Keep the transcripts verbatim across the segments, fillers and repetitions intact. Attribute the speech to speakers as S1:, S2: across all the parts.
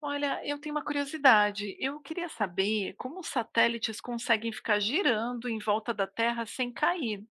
S1: Olha, eu tenho uma curiosidade. Eu queria saber como os satélites conseguem ficar girando em volta da Terra sem cair.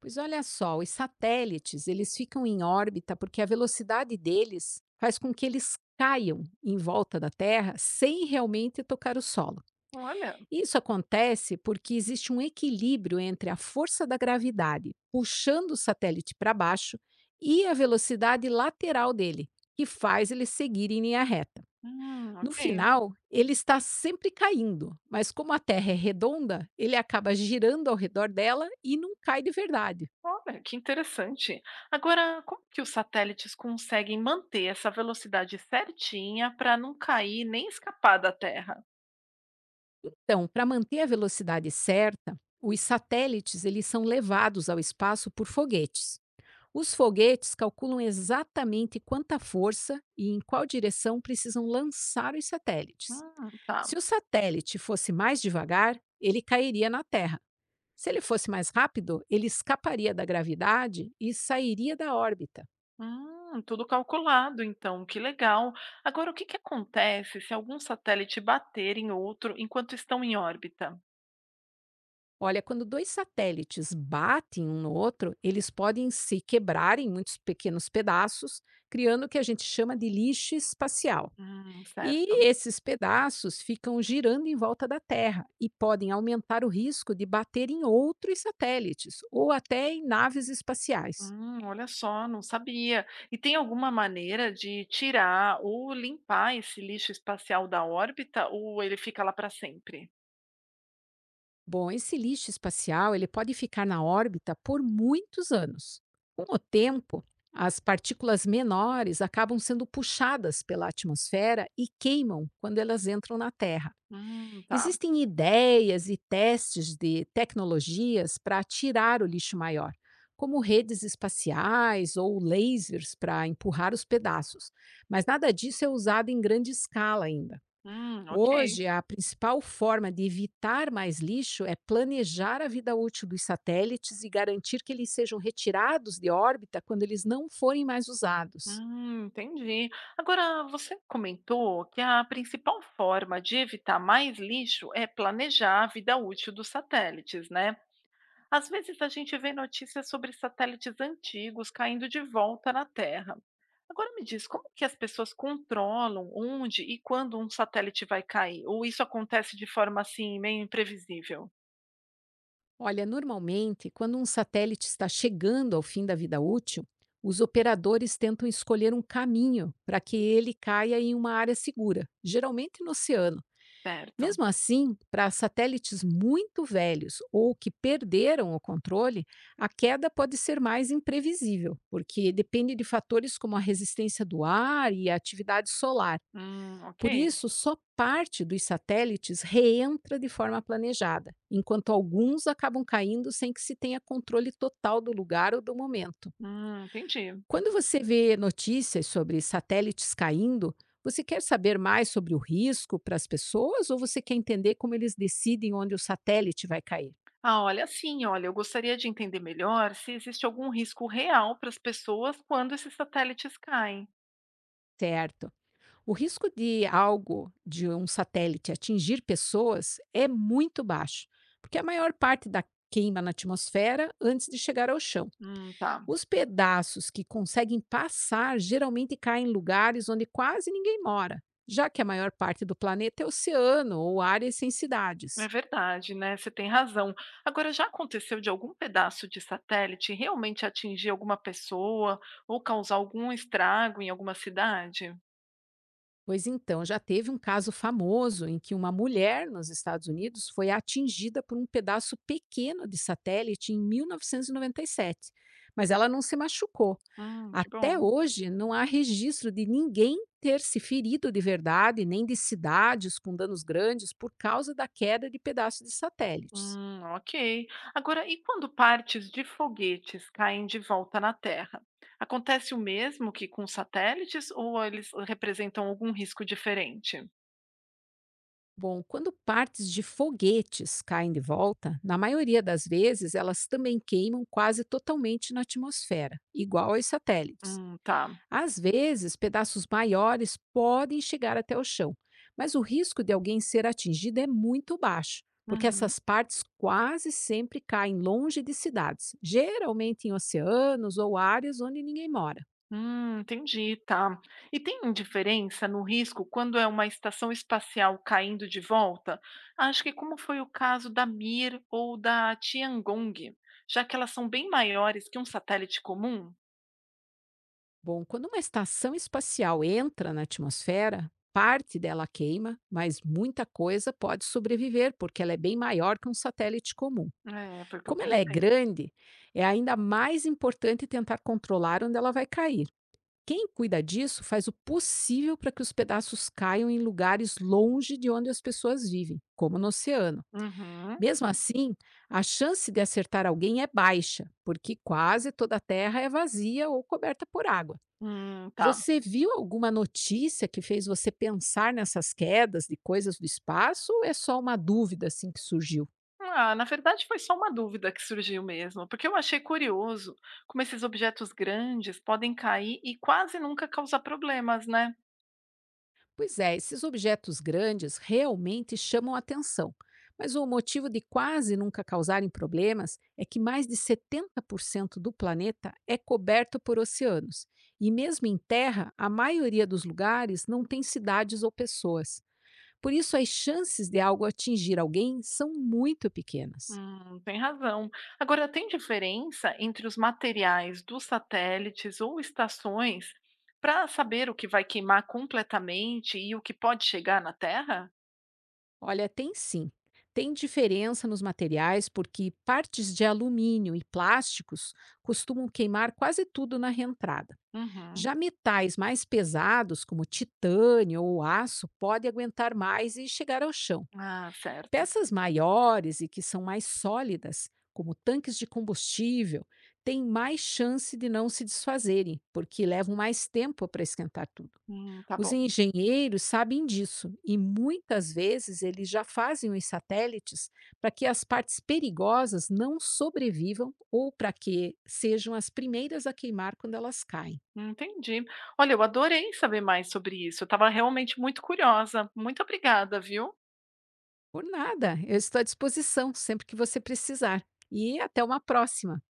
S2: Pois olha só, os satélites, eles ficam em órbita porque a velocidade deles faz com que eles caiam em volta da Terra sem realmente tocar o solo.
S1: Olha,
S2: Isso acontece porque existe um equilíbrio entre a força da gravidade puxando o satélite para baixo e a velocidade lateral dele, que faz ele seguir em linha reta.
S1: hum,
S2: No
S1: ok.
S2: final, ele está sempre caindo, mas como a Terra é redonda, ele acaba girando ao redor dela e não cai de verdade.
S1: Olha, que interessante. Agora, como que os satélites conseguem manter essa velocidade certinha para não cair nem escapar da Terra?
S2: Então, para manter a velocidade certa, os satélites eles são levados ao espaço por foguetes. Os foguetes calculam exatamente quanta força e em qual direção precisam lançar os satélites.
S1: Hum, tá.
S2: Se o satélite fosse mais devagar, ele cairia na Terra. Se ele fosse mais rápido, ele escaparia da gravidade e sairia da órbita.
S1: Hum, tudo calculado, então, que legal. Agora, o que que acontece se algum satélite bater em outro enquanto estão em órbita?
S2: Olha, quando dois satélites batem um no outro, eles podem se quebrar em muitos pequenos pedaços, criando o que a gente chama de lixo espacial.
S1: Hum, certo.
S2: E esses pedaços ficam girando em volta da Terra e podem aumentar o risco de bater em outros satélites ou até em naves espaciais.
S1: Hum, olha só, não sabia. E tem alguma maneira de tirar ou limpar esse lixo espacial da órbita ou ele fica lá para sempre?
S2: Bom, esse lixo espacial ele pode ficar na órbita por muitos anos. Com o tempo, as partículas menores acabam sendo puxadas pela atmosfera e queimam quando elas entram na Terra.
S1: Hum, tá.
S2: Existem ideias e testes de tecnologias para tirar o lixo maior, como redes espaciais ou lasers para empurrar os pedaços, mas nada disso é usado em grande escala ainda.
S1: Hum, ok.
S2: Hoje, a principal forma de evitar mais lixo é planejar a vida útil dos satélites e garantir que eles sejam retirados de órbita quando eles não forem mais usados.
S1: Hum, entendi. Agora, você comentou que a principal forma de evitar mais lixo é planejar a vida útil dos satélites, né? Às vezes a gente vê notícias sobre satélites antigos caindo de volta na Terra. Agora me diz, como que as pessoas controlam onde e quando um satélite vai cair? Ou isso acontece de forma assim, meio imprevisível?
S2: Olha, normalmente, quando um satélite está chegando ao fim da vida útil, os operadores tentam escolher um caminho para que ele caia em uma área segura, geralmente no oceano.
S1: Certo.
S2: Mesmo assim, para satélites muito velhos ou que perderam o controle, a queda pode ser mais imprevisível, porque depende de fatores como a resistência do ar e a atividade solar.
S1: Hum, ok.
S2: Por isso, só parte dos satélites reentra de forma planejada, enquanto alguns acabam caindo sem que se tenha controle total do lugar ou do momento.
S1: Hum, entendi.
S2: Quando você vê notícias sobre satélites caindo, você quer saber mais sobre o risco para as pessoas ou você quer entender como eles decidem onde o satélite vai cair?
S1: Ah, olha, sim, olha, eu gostaria de entender melhor se existe algum risco real para as pessoas quando esses satélites caem.
S2: Certo. O risco de algo, de um satélite atingir pessoas é muito baixo, porque a maior parte da queima na atmosfera antes de chegar ao chão.
S1: Hum, tá.
S2: Os pedaços que conseguem passar geralmente caem em lugares onde quase ninguém mora, já que a maior parte do planeta é oceano ou áreas sem
S1: É
S2: cidades.
S1: verdade, né? Você tem razão. Agora, já aconteceu de algum pedaço de satélite realmente atingir alguma pessoa ou causar algum estrago em alguma cidade?
S2: Pois então, já teve um caso famoso em que uma mulher nos Estados Unidos foi atingida por um pedaço pequeno de satélite em mil novecentos e noventa e sete, mas ela não se machucou.
S1: Hum, que
S2: Até
S1: bom.
S2: hoje, não há registro de ninguém ter se ferido de verdade, nem de cidades com danos grandes por causa da queda de pedaços de satélites.
S1: Hum, ok. Agora, e quando partes de foguetes caem de volta na Terra? Acontece o mesmo que com satélites ou eles representam algum risco diferente?
S2: Bom, quando partes de foguetes caem de volta, na maioria das vezes elas também queimam quase totalmente na atmosfera, igual aos satélites.
S1: Hum, tá.
S2: Às vezes, pedaços maiores podem chegar até o chão, mas o risco de alguém ser atingido é muito baixo, porque
S1: Uhum.
S2: essas partes quase sempre caem longe de cidades, geralmente em oceanos ou áreas onde ninguém mora.
S1: Hum, entendi, tá. E tem diferença no risco quando é uma estação espacial caindo de volta? Acho que como foi o caso da Mir ou da Tiangong, já que elas são bem maiores que um satélite comum?
S2: Bom, quando uma estação espacial entra na atmosfera, parte dela queima, mas muita coisa pode sobreviver, porque ela é bem maior que um satélite comum.
S1: É, foi o que eu
S2: Como ela é
S1: pensei.
S2: grande, é ainda mais importante tentar controlar onde ela vai cair. Quem cuida disso faz o possível para que os pedaços caiam em lugares longe de onde as pessoas vivem, como no oceano.
S1: Uhum.
S2: Mesmo assim, a chance de acertar alguém é baixa, porque quase toda a terra é vazia ou coberta por água.
S1: Hum, tá.
S2: Você viu alguma notícia que fez você pensar nessas quedas de coisas do espaço ou é só uma dúvida assim que surgiu?
S1: Ah, na verdade foi só uma dúvida que surgiu mesmo, porque eu achei curioso como esses objetos grandes podem cair e quase nunca causar problemas, né?
S2: Pois é, esses objetos grandes realmente chamam a atenção, mas o motivo de quase nunca causarem problemas é que mais de setenta por cento do planeta é coberto por oceanos, e mesmo em terra, a maioria dos lugares não tem cidades ou pessoas. Por isso, as chances de algo atingir alguém são muito pequenas.
S1: Hum, tem razão. Agora, tem diferença entre os materiais dos satélites ou estações para saber o que vai queimar completamente e o que pode chegar na Terra?
S2: Olha, tem sim. Tem diferença nos materiais porque partes de alumínio e plásticos costumam queimar quase tudo na reentrada.
S1: Uhum.
S2: Já metais mais pesados, como titânio ou aço, podem aguentar mais e chegar ao chão.
S1: Ah, certo.
S2: Peças maiores e que são mais sólidas, como tanques de combustível, têm mais chance de não se desfazerem, porque levam mais tempo para esquentar tudo.
S1: Hum, tá
S2: Os
S1: bom.
S2: engenheiros sabem disso e muitas vezes eles já fazem os satélites para que as partes perigosas não sobrevivam ou para que sejam as primeiras a queimar quando elas caem.
S1: Entendi. Olha, eu adorei saber mais sobre isso. Eu estava realmente muito curiosa. Muito obrigada, viu?
S2: Por nada, eu estou à disposição sempre que você precisar. E até uma próxima!